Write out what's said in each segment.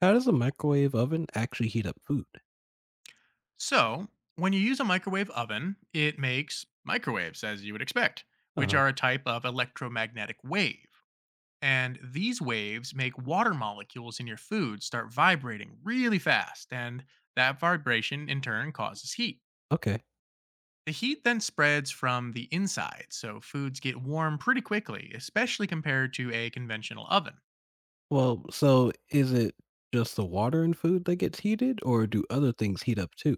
How does a microwave oven actually heat up food? So, when you use a microwave oven, it makes microwaves, as you would expect, which Uh-huh. are a type of electromagnetic wave. And these waves make water molecules in your food start vibrating really fast, and that vibration in turn causes heat. Okay. The heat then spreads from the inside, so foods get warm pretty quickly, especially compared to a conventional oven. Well, so is it just the water and food that gets heated, or do other things heat up too?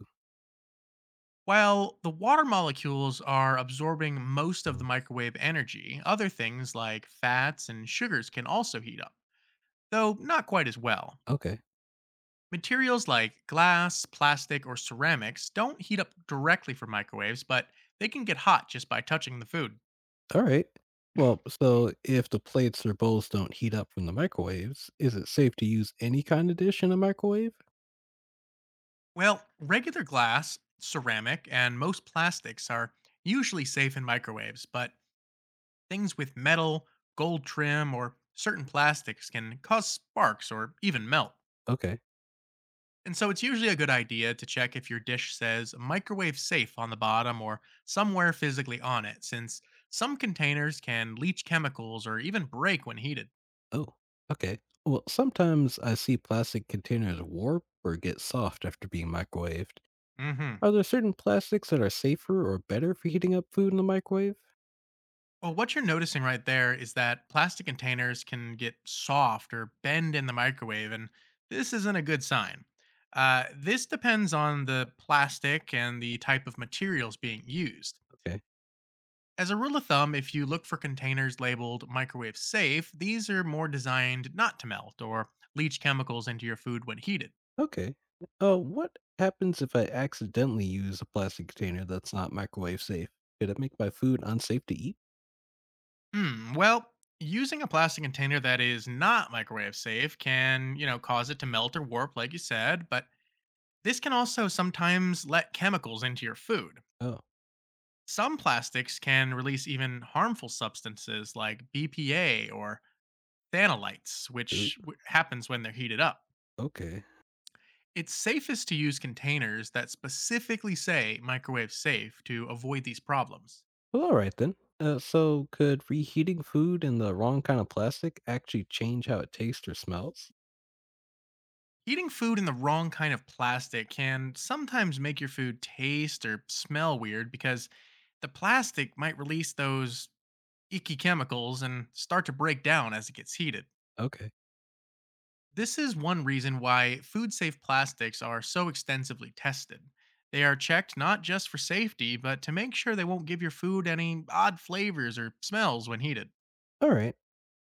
While the water molecules are absorbing most of the Mm. microwave energy, other things like fats and sugars can also heat up, though not quite as well. Okay. Materials like glass, plastic, or ceramics don't heat up directly from microwaves, but they can get hot just by touching the food. All right. Well, so if the plates or bowls don't heat up from the microwaves, is it safe to use any kind of dish in a microwave? Well, regular glass, ceramic, and most plastics are usually safe in microwaves, but things with metal, gold trim, or certain plastics can cause sparks or even melt. Okay. And so it's usually a good idea to check if your dish says microwave safe on the bottom or somewhere physically on it, since some containers can leach chemicals or even break when heated. Oh, okay. Well, sometimes I see plastic containers warp or get soft after being microwaved. Hmm. Are there certain plastics that are safer or better for heating up food in the microwave? Well, what you're noticing right there is that plastic containers can get soft or bend in the microwave, and this isn't a good sign. This depends on the plastic and the type of materials being used. Okay. As a rule of thumb, if you look for containers labeled microwave safe, these are more designed not to melt or leach chemicals into your food when heated. Okay. What happens if I accidentally use a plastic container that's not microwave safe? Could it make my food unsafe to eat? Well, using a plastic container that is not microwave safe can, cause it to melt or warp, like you said, but this can also sometimes let chemicals into your food. Oh, Some plastics can release even harmful substances like BPA or phthalate, ooh, which happens when they're heated up. okay. It's safest to use containers that specifically say microwave safe to avoid these problems. Well, all right then. So, could reheating food in the wrong kind of plastic actually change how it tastes or smells? Heating food in the wrong kind of plastic can sometimes make your food taste or smell weird because the plastic might release those icky chemicals and start to break down as it gets heated. Okay. This is one reason why food safe plastics are so extensively tested. They are checked not just for safety, but to make sure they won't give your food any odd flavors or smells when heated. All right.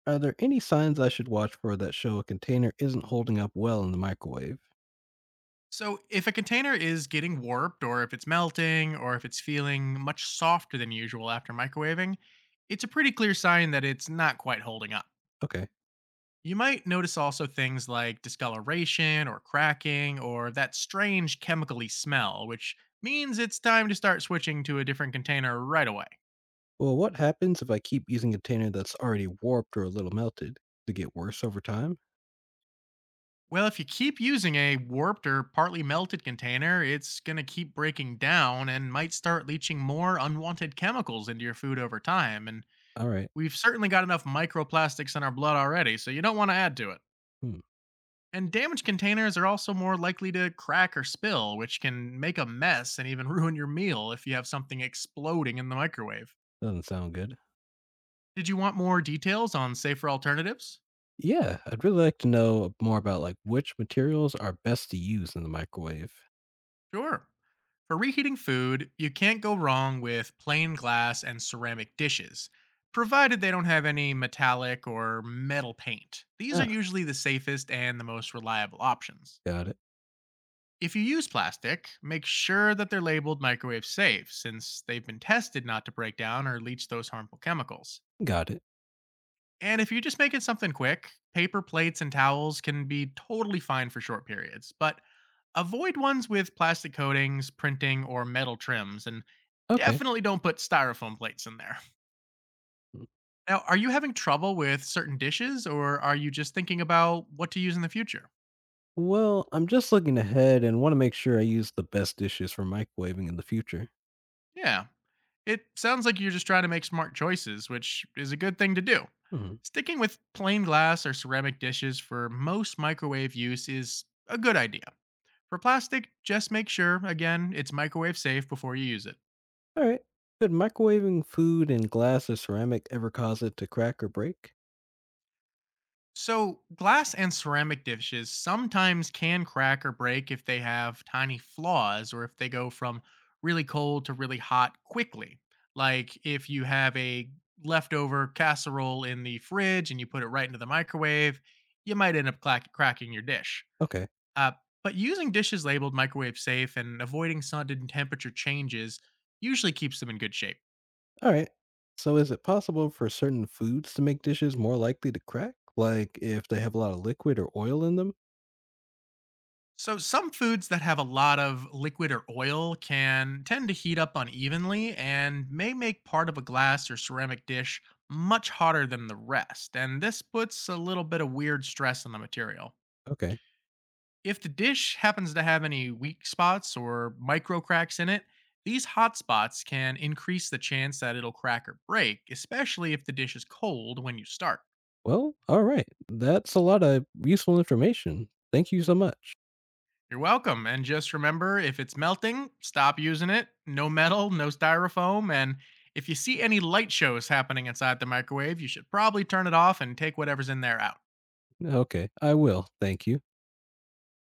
Are there any signs I should watch for that show a container isn't holding up well in the microwave? So, if a container is getting warped, or if it's melting, or if it's feeling much softer than usual after microwaving, it's a pretty clear sign that it's not quite holding up. Okay. You might notice also things like discoloration, or cracking, or that strange chemically smell, which means it's time to start switching to a different container right away. Well, what happens if I keep using a container that's already warped or a little melted? To get worse over time? Well, if you keep using a warped or partly melted container, it's going to keep breaking down and might start leaching more unwanted chemicals into your food over time. And All right. we've certainly got enough microplastics in our blood already, so you don't want to add to it. Hmm. And damaged containers are also more likely to crack or spill, which can make a mess and even ruin your meal if you have something exploding in the microwave. Doesn't sound good. Did you want more details on safer alternatives? Yeah, I'd really like to know more about which materials are best to use in the microwave. Sure. For reheating food, you can't go wrong with plain glass and ceramic dishes, provided they don't have any metallic or metal paint. These are Ah, usually the safest and the most reliable options. got it. If you use plastic, make sure that they're labeled microwave safe since they've been tested not to break down or leach those harmful chemicals. Got it. And if you're just making something quick, paper plates and towels can be totally fine for short periods, but avoid ones with plastic coatings, printing, or metal trims, and Okay. definitely don't put styrofoam plates in there. Mm. Now, are you having trouble with certain dishes or are you just thinking about what to use in the future? Well, I'm just looking ahead and want to make sure I use the best dishes for microwaving in the future. Yeah. It sounds like you're just trying to make smart choices, which is a good thing to do. Mhm. Sticking with plain glass or ceramic dishes for most microwave use is a good idea. For plastic, just make sure, again, it's microwave safe before you use it. All right. Could microwaving food in glass or ceramic ever cause it to crack or break? So, glass and ceramic dishes sometimes can crack or break if they have tiny flaws or if they go from really cold to really hot quickly. Like if you have a leftover casserole in the fridge and you put it right into the microwave, you might end up cracking your dish. Okay. Uh, but using dishes labeled microwave safe and avoiding sudden temperature changes usually keeps them in good shape. All right. So is it possible for certain foods to make dishes more likely to crack? Like if they have a lot of liquid or oil in them? So some foods that have a lot of liquid or oil can tend to heat up unevenly and may make part of a glass or ceramic dish much hotter than the rest. And this puts a little bit of weird stress on the material. Okay. If the dish happens to have any weak spots or micro cracks in it, these hot spots can increase the chance that it'll crack or break, especially if the dish is cold when you start. Well, all right. That's a lot of useful information. Thank you so much. You're welcome. And just remember, if it's melting, stop using it. No metal, no styrofoam. And if you see any light shows happening inside the microwave, you should probably turn it off and take whatever's in there out. Okay, I will. Thank you.